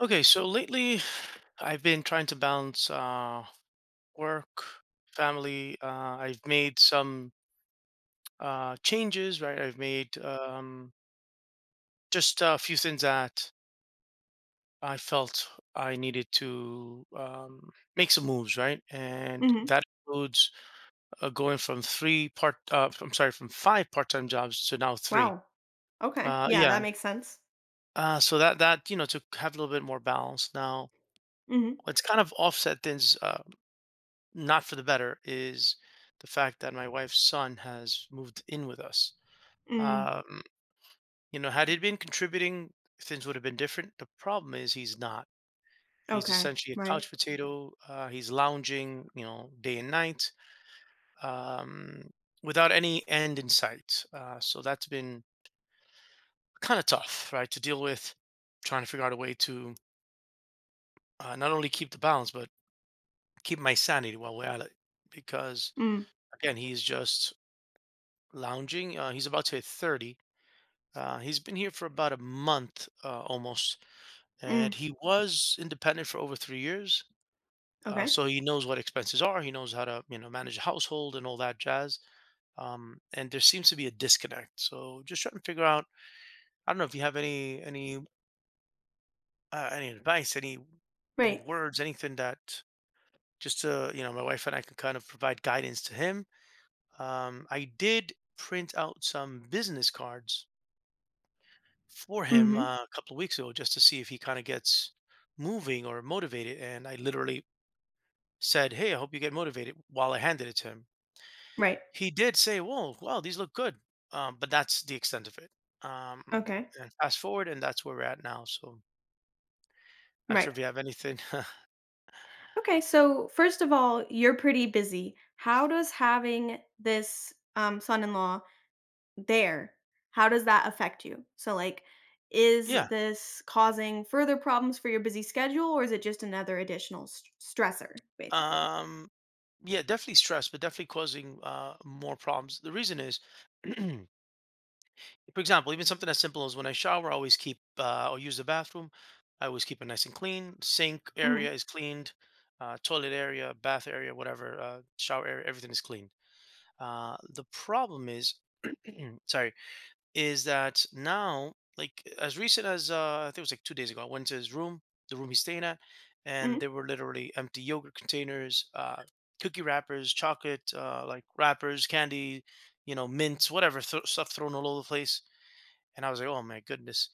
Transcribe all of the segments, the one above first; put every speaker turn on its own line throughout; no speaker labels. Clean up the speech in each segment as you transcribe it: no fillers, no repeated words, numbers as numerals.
Okay, so lately I've been trying to balance work, family. I've made some changes, right? I've made just a few things that I felt I needed to make some moves, right? And
Mhm.
that includes going from three part, I'm sorry, from five part-time jobs to now three.
Wow. Okay. Yeah, that
Yeah.
makes sense.
So that to have a little bit more balance now.
Mhm.
It's kind of offset things. Not for the better is the fact that my wife's son has moved in with us.
Mm.
Um, Had he been contributing, things would have been different. The problem is he's not. He's
Okay.
essentially a
Right.
couch potato. He's lounging, day and night, um, without any end in sight. So that's been kind of tough, right, to deal with. Trying to figure out a way to not only keep the balance, but keep my sanity while we're at it. Because
Mm.
again, he's just lounging. He's about to hit 30. He's been here for about a month almost,
Mm.
and he was independent for over 3 years.
Okay.
So he knows what expenses are. He knows how to, manage a household and all that jazz. And there seems to be a disconnect. So just trying to figure out. I don't know if you have any any advice, any
Right.
words, anything that just to my wife and I can kind of provide guidance to him. I did print out some business cards for him
Mhm.
a couple of weeks ago just to see if he kind of gets moving or motivated. And I literally said, "Hey, I hope you get motivated." While I handed it to him,
Right.
he did say, "Whoa, wow, these look good," but that's the extent of it. Um,
Okay.
and fast forward, and that's where we're at now. So not
Right.
sure if you have anything.
Okay, so first of all, you're pretty busy. How does having this, son-in-law there, how does that affect you? So, like, is
Yeah.
this causing further problems for your busy schedule, or is it just another additional st stressor, basically?
Um, yeah, definitely stress, but definitely causing more problems. The reason is for example, even something as simple as when I shower, I always keep or use the bathroom. I always keep it nice and clean. Sink
Mhm.
area is cleaned, toilet area, bath area, whatever, shower area, everything is clean. The problem is, sorry, is that now, like as recent as I think it was like 2 days ago, I went to his room, the room he's staying at, and
Mhm.
there were literally empty yogurt containers, cookie wrappers, chocolate like wrappers, candy, mints, whatever stuff thrown all over the place, and I was like, "Oh my goodness!"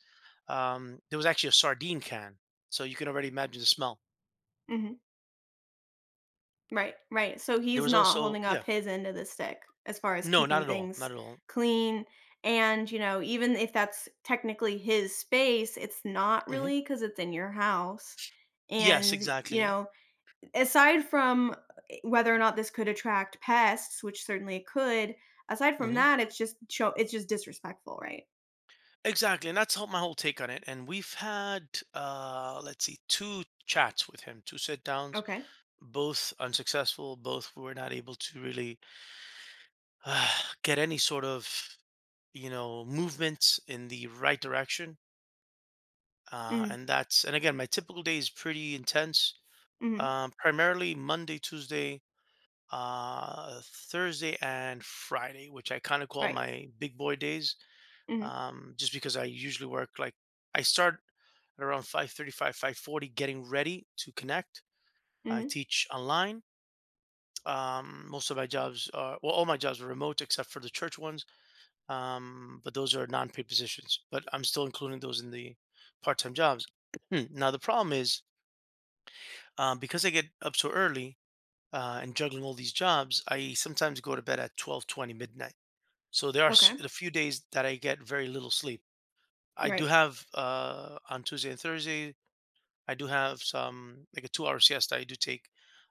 There was actually a sardine can, so you can already imagine the smell.
Mhm. Right, right. So
There
he's
was
not
also
holding
yeah,
up his end of the stick as far as
no,
keeping
not at all,
things
not at all.
clean. And, you know, even if that's technically his space, it's not
Hmm.
really because it's in your house.
Yes,
And, you
exactly.
know, aside from whether or not this could attract pests, which certainly it could, aside from
Hmm.
that, it's just show it's just disrespectful, right?
Exactly, and that's how my whole take on it. And we've had, let's see, two chats with him, two sit downs,
Okay.
both unsuccessful. Both were not able to really uh, get any sort of, movement in the right direction. Uh,
Mm.
and that's, and again, my typical day is pretty intense.
Mm.
Primarily Monday, Tuesday, Thursday, and Friday, which I kind of call
Right.
my big boy days,
Mm.
just because I usually work like I start at around 5:35, 5:40, getting ready to connect. I
Mm.
teach online. Most of my jobs are well, all my jobs are remote except for the church ones, but those are non-paid positions. But I'm still including those in the part-time jobs. Now the problem is because I get up so early and juggling all these jobs, I sometimes go to bed at 12:20 midnight. So there are
Okay.
a few days that I get very little sleep. I do
Right.
have on Tuesday and Thursday, I do have some like a 2-hour siesta I do take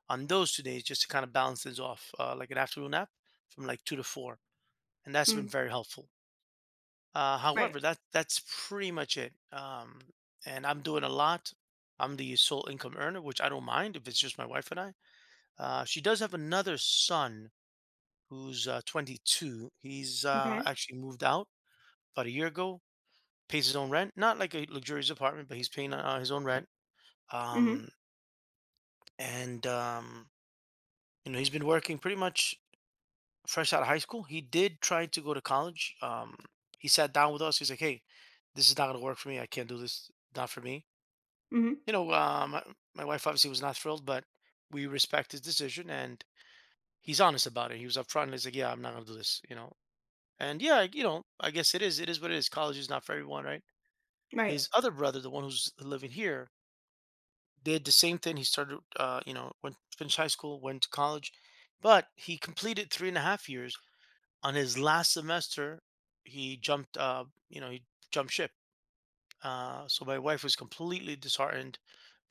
on those 2 days just to kind of balance things off, like an afternoon nap from like 2 to 4. And that's been
Mm.
very helpful.
Right.
However, that's pretty much it. And I'm doing a lot. I'm the sole income earner, which I don't mind if it's just my wife and I. She does have another son who's 22. He's
Okay.
actually moved out about a year ago. Pays his own rent, not like a luxurious apartment, but he's paying his own rent.
Mm.
Um, and he's been working pretty much fresh out of high school. He did try to go to college. He sat down with us. He's like, "Hey, this is not going to work for me. I can't do this. Not for me."
Mm.
You know, uh, my, my wife obviously was not thrilled, but we respect his decision, and he's honest about it. He was upfront. He's like, "Yeah, I'm not going to do this." And yeah, I guess it is. It is what it is. College is not for everyone, right?
Right.
His other brother, the one who's living here, did the same thing. He started, went finished high school, went to college, but he completed 3.5 years. On his last semester, he jumped, uh, he jumped ship. So my wife was completely disheartened,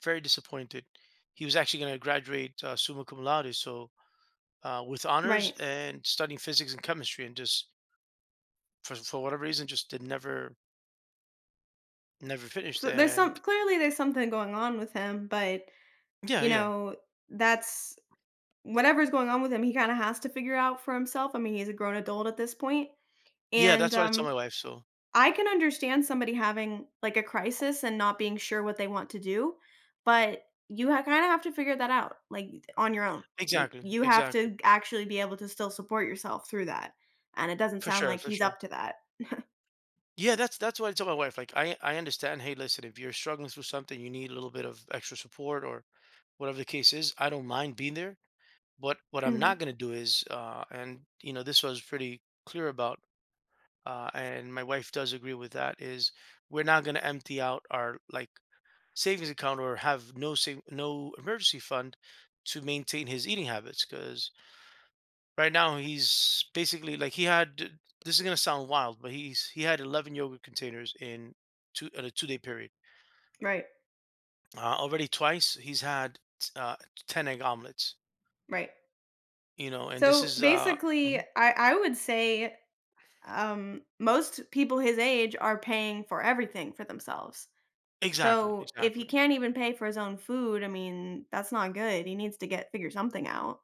very disappointed. He was actually going to graduate summa cum laude, so with honors
Right.
and studying physics and chemistry, and just for whatever reason, just did never finished,
So there's
and
some clearly there's something going on with him, but,
yeah,
you
yeah.
know, that's whatever's going on with him, he kinda has to figure out for himself. I mean, he's a grown adult at this point,
Yeah,
and,
that's what I tell my wife, so.
I can understand somebody having, like, a crisis and not being sure what they want to do, but you ha kinda have to figure that out, like, on your own. Like,
Exactly,
you have
exactly.
to actually be able to still support yourself through that, and it doesn't
For
sound
sure,
like
for
he's
sure.
up to that.
Yeah, that's what I tell my wife, like, I understand, "Hey, listen, if you're struggling through something, you need a little bit of extra support or whatever the case is, I don't mind being there, but what I'm
Mhm.
not gonna do is" and, this was pretty clear about, and my wife does agree with that, is we're not gonna empty out our, like, savings account or have no emergency fund to maintain his eating habits because. Right now, he's basically like he had. This is gonna sound wild, but he had 11 yogurt containers in two in a 2-day period.
Right,
Already twice, he's had uh, 10 egg omelets.
right.
You know, and This
So,
is
basically,
mhm.
I would say most people his age are paying for everything for themselves.
Exactly,
So if
exactly.
he can't even pay for his own food, I mean, that's not good. He needs to get figure something out.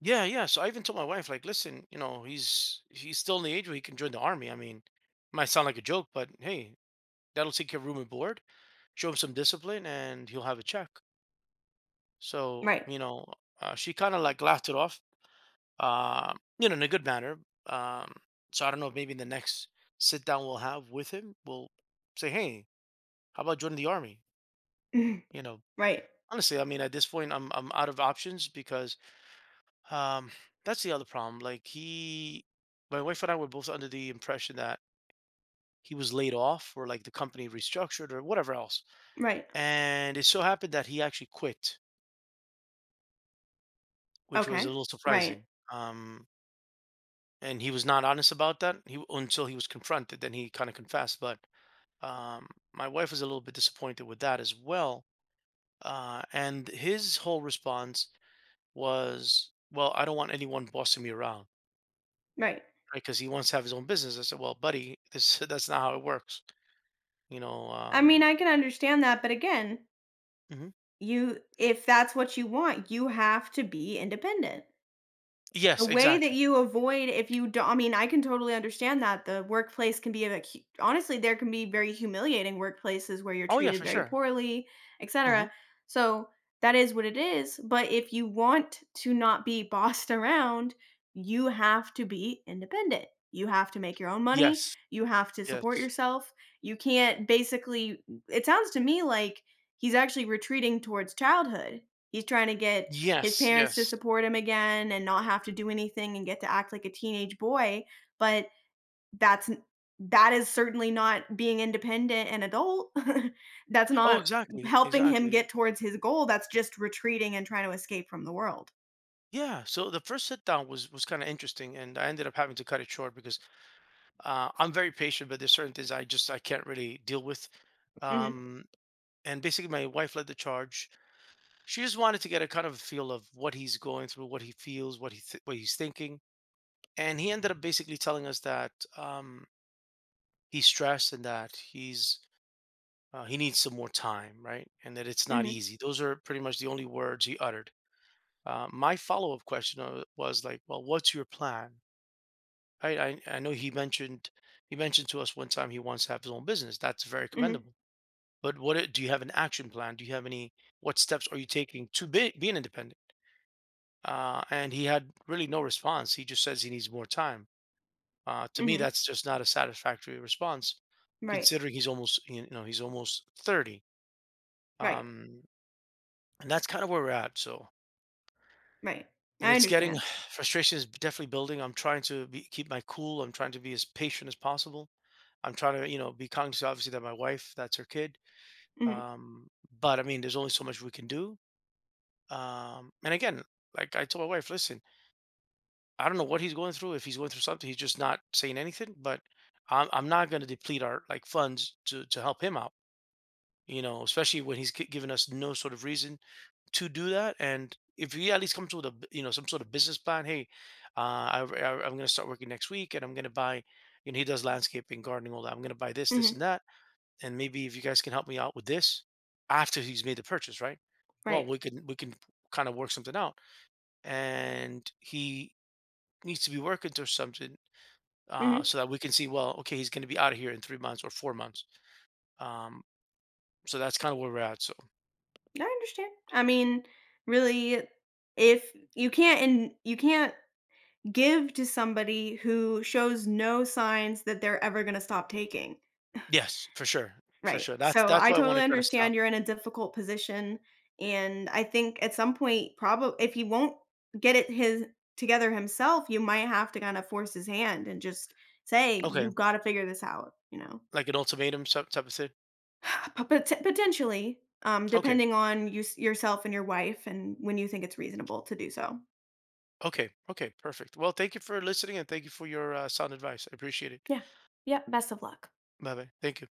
Yeah, yeah. So I even told my wife, like, listen, he's still in the age where he can join the army. I mean, might sound like a joke, but hey, that'll take care of room and board. Show him some discipline, and he'll have a check. So
Right.
she kind of like laughed it off in a good manner. Um, so I don't know maybe in the next sit down we'll have with him, we'll say, hey, how about joining the army? You know,
right.
Honestly, I mean, at this point, I'm out of options because um, that's the other problem. My wife and I were both under the impression that he was laid off or like the company restructured or whatever else,
Right.
and it so happened that he actually quit, which was a
Okay.
little
Right.
surprising. Um, and he was not honest about that. He until he was confronted, then he kind of confessed, but. Um, my wife was a little bit disappointed with that as well. And his whole response was, "Well, I don't want anyone bossing me around,
Right.
right? Because he wants to have his own business." I said, "Well, buddy, this that's not how it works, you know."
I mean, I can understand that, but again,
Mhm.
you if that's what you want, you have to be independent. The
Yes,
way that
exactly.
you avoid if you do not I mean, I can totally understand that. The workplace can be a hu honestly, there can be very humiliating workplaces where you're
Oh yeah,
treated
for
very
sure.
poorly,
Hmm.
etcetera. So, that is what it is, but if you want to not be bossed around, you have to be independent. You have to make your own money,
Yes,
you have to support
yes,
yourself. You can't basically it sounds to me like he's actually retreating towards childhood. He's trying to get his
yes,
parents to
yes.
support him again and not have to do anything and get to act like a teenage boy. But that's that is certainly not being independent and adult. that's
Oh,
not
exactly,
helping him
exactly.
get towards his goal. That's just retreating and trying to escape from the world.
Yeah. So the first sit down was kind of interesting, and I ended up having to cut it short because I'm very patient, but there's certain things I just I can't really deal with.
Mhm.
um, and basically my wife led the charge. She just wanted to get a kind of a feel of what he's going through, what he feels, what he's thinking, and he ended up basically telling us that um, he's stressed and that he needs some more time, right? And that it's not
Mhm.
easy. Those are pretty much the only words he uttered. My follow up question was like, well, what's your plan? I know he mentioned to us one time he wants to have his own business. That's very
Mhm.
commendable. But what it do you have an action plan? Do you have any What steps are you taking to being independent? And he had really no response. He just says he needs more time. To me,
Mhm.
that's just not a satisfactory response,
Right.
considering he's almost 30.
Right.
Um, and that's kind of where we're at. So,
Right.
and
I
It's getting
understand.
frustration is definitely building. I'm trying to keep my cool. I'm trying to be as patient as possible. I'm trying to be cognizant, obviously, that my wife, that's her kid.
Mhm.
Um, but I mean, there's only so much we can do. And again, like I told my wife, listen, I don't know what he's going through. If he's going through something, he's just not saying anything. But I'm not going to deplete our like funds to help him out. You know, especially when he's given us no sort of reason to do that. And if he at least comes with a b- you know some sort of business plan, hey, I'm going to start working next week, and I'm going to buy. You know, he does landscaping, gardening, all that. I'm going to buy this, this,
Mhm.
and that, and maybe if you guys can help me out with this after he's made the purchase, right? Well,
Right.
we can kind of work something out, and he needs to be working towards something
Mhm.
so that we can see, well, okay, he's going to be out of here in 3 months or 4 months, um, so that's kind of where we're at, so.
I understand. I mean, really if you can't and you can't give to somebody who shows no signs that they're ever gonna stop taking.
Yes, for sure, for
Right.
sure. that's
So
that's
I
why I want
totally
to kind of stop.
understand you're in a difficult position, and I think at some point, probably if he won't get it his together himself, you might have to kinda force his hand and just say,
Okay,
"You've gotta figure this out," you know?
like an ultimatum type of thing.
Potentially,
Okay,
depending on yourself and your wife and when you think it's reasonable to do so.
okay, okay, perfect. Well, thank you for listening and thank you for your sound advice. I appreciate it.
Yeah. Yeah, best of luck.
Bye bye, thank you.